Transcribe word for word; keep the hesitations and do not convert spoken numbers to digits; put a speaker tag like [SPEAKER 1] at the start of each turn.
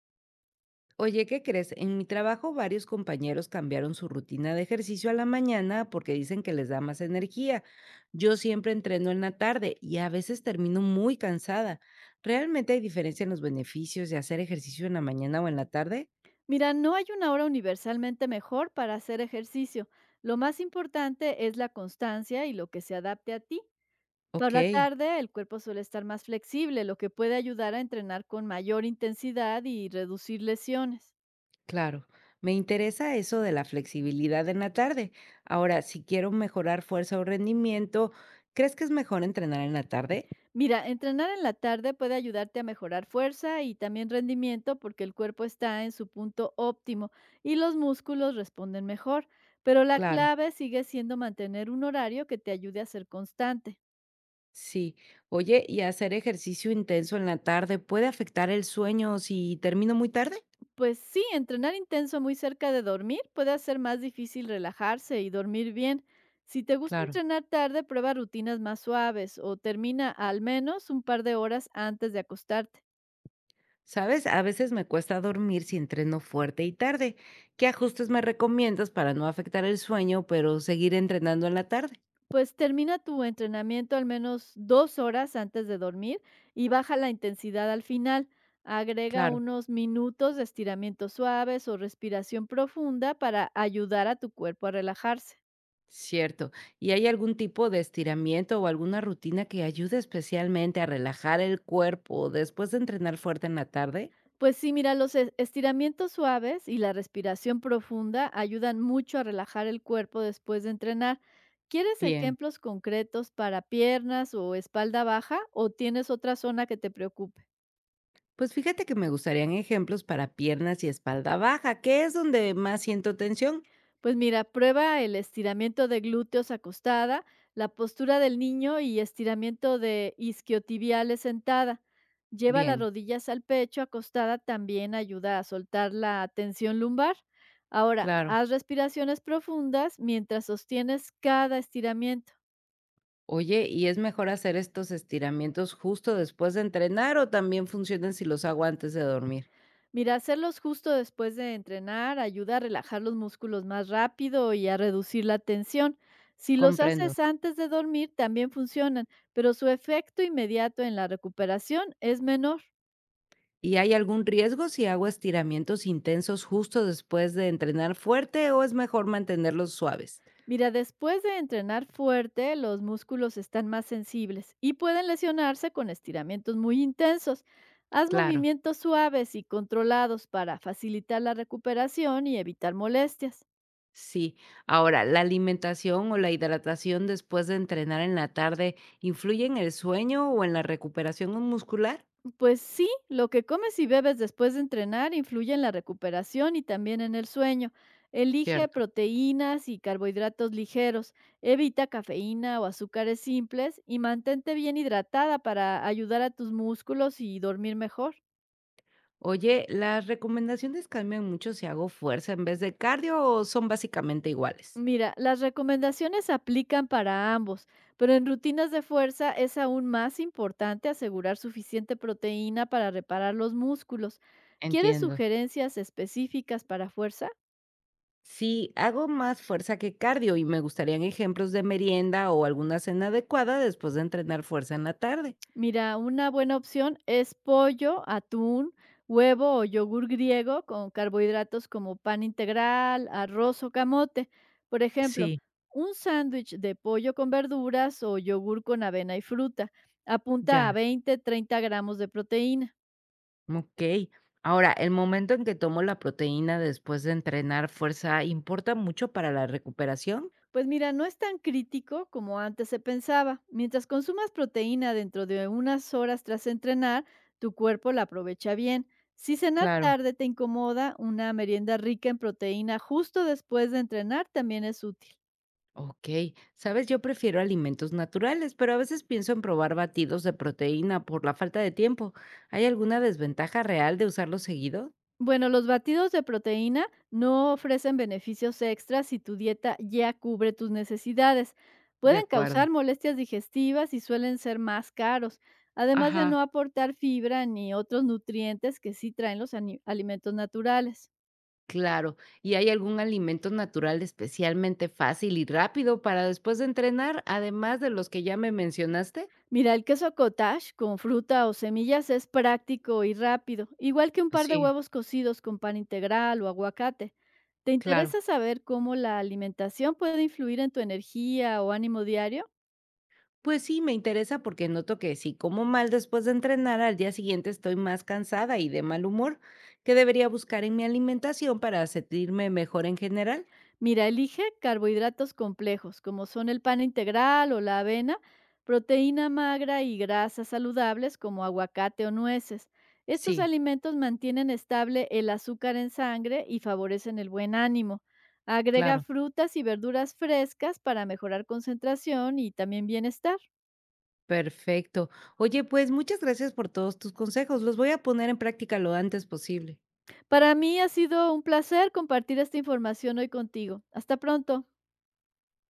[SPEAKER 1] Oye, ¿qué crees? En mi trabajo varios compañeros cambiaron su rutina de ejercicio a la mañana porque dicen que les da más energía. Yo siempre entreno en la tarde y a veces termino muy cansada. ¿Realmente hay diferencia en los beneficios de hacer ejercicio en la mañana o en la tarde?
[SPEAKER 2] Mira, no hay una hora universalmente mejor para hacer ejercicio. Lo más importante es la constancia y lo que se adapte a ti. Por
[SPEAKER 1] Ok,
[SPEAKER 2] la tarde, el cuerpo suele estar más flexible, lo que puede ayudar a entrenar con mayor intensidad y reducir lesiones.
[SPEAKER 1] claro. Me interesa eso de la flexibilidad en la tarde. Ahora, si quiero mejorar fuerza o rendimiento, ¿crees que es mejor entrenar en la tarde?
[SPEAKER 2] Mira, entrenar en la tarde puede ayudarte a mejorar fuerza y también rendimiento porque el cuerpo está en su punto óptimo y los músculos responden mejor, pero la
[SPEAKER 1] Claro.
[SPEAKER 2] clave sigue siendo mantener un horario que te ayude a ser constante.
[SPEAKER 1] Sí. Oye, ¿y hacer ejercicio intenso en la tarde puede afectar el sueño si termino muy tarde?
[SPEAKER 2] Pues sí, entrenar intenso muy cerca de dormir puede hacer más difícil relajarse y dormir bien. Si te gusta
[SPEAKER 1] Claro.
[SPEAKER 2] entrenar tarde, prueba rutinas más suaves o termina al menos un par de horas antes de acostarte.
[SPEAKER 1] ¿Sabes? A veces me cuesta dormir si entreno fuerte y tarde. ¿Qué ajustes me recomiendas para no afectar el sueño, pero seguir entrenando en la tarde?
[SPEAKER 2] Pues termina tu entrenamiento al menos dos horas antes de dormir y baja la intensidad al final. Agrega
[SPEAKER 1] Claro.
[SPEAKER 2] unos minutos de estiramientos suaves o respiración profunda para ayudar a tu cuerpo a relajarse.
[SPEAKER 1] Cierto. ¿Y hay algún tipo de estiramiento o alguna rutina que ayude especialmente a relajar el cuerpo después de entrenar fuerte en la tarde?
[SPEAKER 2] Pues sí, mira, los es- estiramientos suaves y la respiración profunda ayudan mucho a relajar el cuerpo después de entrenar. ¿Quieres
[SPEAKER 1] Bien.
[SPEAKER 2] ejemplos concretos para piernas o espalda baja o tienes otra zona que te preocupe?
[SPEAKER 1] Pues fíjate que me gustarían ejemplos para piernas y espalda baja, que es donde más siento tensión.
[SPEAKER 2] Pues mira, prueba el estiramiento de glúteos acostada, la postura del niño y estiramiento de isquiotibiales sentada. Lleva las
[SPEAKER 1] Bien,
[SPEAKER 2] rodillas al pecho acostada, también ayuda a soltar la tensión lumbar. Ahora,
[SPEAKER 1] claro.
[SPEAKER 2] haz respiraciones profundas mientras sostienes cada estiramiento.
[SPEAKER 1] Oye, ¿y es mejor hacer estos estiramientos justo después de entrenar o también funcionan si los hago antes de dormir?
[SPEAKER 2] Mira, hacerlos justo después de entrenar ayuda a relajar los músculos más rápido y a reducir la tensión. Si los
[SPEAKER 1] Comprendo.
[SPEAKER 2] haces antes de dormir, también funcionan, pero su efecto inmediato en la recuperación es menor.
[SPEAKER 1] ¿Y hay algún riesgo si hago estiramientos intensos justo después de entrenar fuerte o es mejor mantenerlos suaves?
[SPEAKER 2] Mira, después de entrenar fuerte, los músculos están más sensibles y pueden lesionarse con estiramientos muy intensos. Haz
[SPEAKER 1] Claro,
[SPEAKER 2] movimientos suaves y controlados para facilitar la recuperación y evitar molestias.
[SPEAKER 1] sí. Ahora, ¿la alimentación o la hidratación después de entrenar en la tarde influye en el sueño o en la recuperación muscular?
[SPEAKER 2] Pues sí, lo que comes y bebes después de entrenar influye en la recuperación y también en el sueño. Elige
[SPEAKER 1] Cierto.
[SPEAKER 2] proteínas y carbohidratos ligeros, evita cafeína o azúcares simples y mantente bien hidratada para ayudar a tus músculos y dormir mejor.
[SPEAKER 1] Oye, ¿las recomendaciones cambian mucho si hago fuerza en vez de cardio o son básicamente iguales?
[SPEAKER 2] Mira, las recomendaciones aplican para ambos, pero en rutinas de fuerza es aún más importante asegurar suficiente proteína para reparar los músculos. ¿Quieres
[SPEAKER 1] Entiendo.
[SPEAKER 2] sugerencias específicas para fuerza?
[SPEAKER 1] Si hago más fuerza que cardio y me gustarían ejemplos de merienda o alguna cena adecuada después de entrenar fuerza en la tarde.
[SPEAKER 2] Mira, una buena opción es pollo, atún, huevo o yogur griego con carbohidratos como pan integral, arroz o camote. Por ejemplo,
[SPEAKER 1] Sí,
[SPEAKER 2] un sándwich de pollo con verduras o yogur con avena y fruta. Apunta
[SPEAKER 1] ya.
[SPEAKER 2] a veinte a treinta gramos de proteína.
[SPEAKER 1] Ok. Ahora, el momento en que tomo la proteína después de entrenar fuerza importa mucho para la recuperación.
[SPEAKER 2] Pues mira, no es tan crítico como antes se pensaba. Mientras consumas proteína dentro de unas horas tras entrenar, tu cuerpo la aprovecha bien. Si cenar
[SPEAKER 1] Claro.
[SPEAKER 2] tarde te incomoda, una merienda rica en proteína justo después de entrenar también es útil.
[SPEAKER 1] Ok, sabes, yo prefiero alimentos naturales, pero a veces pienso en probar batidos de proteína por la falta de tiempo. ¿Hay alguna desventaja real de usarlo seguido?
[SPEAKER 2] Bueno, los batidos de proteína no ofrecen beneficios extras si tu dieta ya cubre tus necesidades.
[SPEAKER 1] De
[SPEAKER 2] Pueden
[SPEAKER 1] acuerdo.
[SPEAKER 2] causar molestias digestivas y suelen ser más caros, además de
[SPEAKER 1] Ajá,
[SPEAKER 2] no aportar fibra ni otros nutrientes que sí traen los ani- alimentos naturales.
[SPEAKER 1] claro. ¿Y hay algún alimento natural especialmente fácil y rápido para después de entrenar, además de los que ya me mencionaste?
[SPEAKER 2] Mira, el queso cottage con fruta o semillas es práctico y rápido, igual que un par de
[SPEAKER 1] Sí,
[SPEAKER 2] huevos cocidos con pan integral o aguacate. ¿Te
[SPEAKER 1] claro.
[SPEAKER 2] interesa saber cómo la alimentación puede influir en tu energía o ánimo diario?
[SPEAKER 1] Pues sí, me interesa porque noto que si como mal después de entrenar, al día siguiente estoy más cansada y de mal humor. ¿Qué debería buscar en mi alimentación para sentirme mejor en general?
[SPEAKER 2] Mira, elige carbohidratos complejos, como son el pan integral o la avena, proteína magra y grasas saludables como aguacate o nueces. Estos
[SPEAKER 1] Sí,
[SPEAKER 2] alimentos mantienen estable el azúcar en sangre y favorecen el buen ánimo. Agrega
[SPEAKER 1] claro.
[SPEAKER 2] frutas y verduras frescas para mejorar concentración y también bienestar.
[SPEAKER 1] Perfecto. Oye, pues muchas gracias por todos tus consejos. Los voy a poner en práctica lo antes posible.
[SPEAKER 2] Para mí ha sido un placer compartir esta información hoy contigo. Hasta pronto.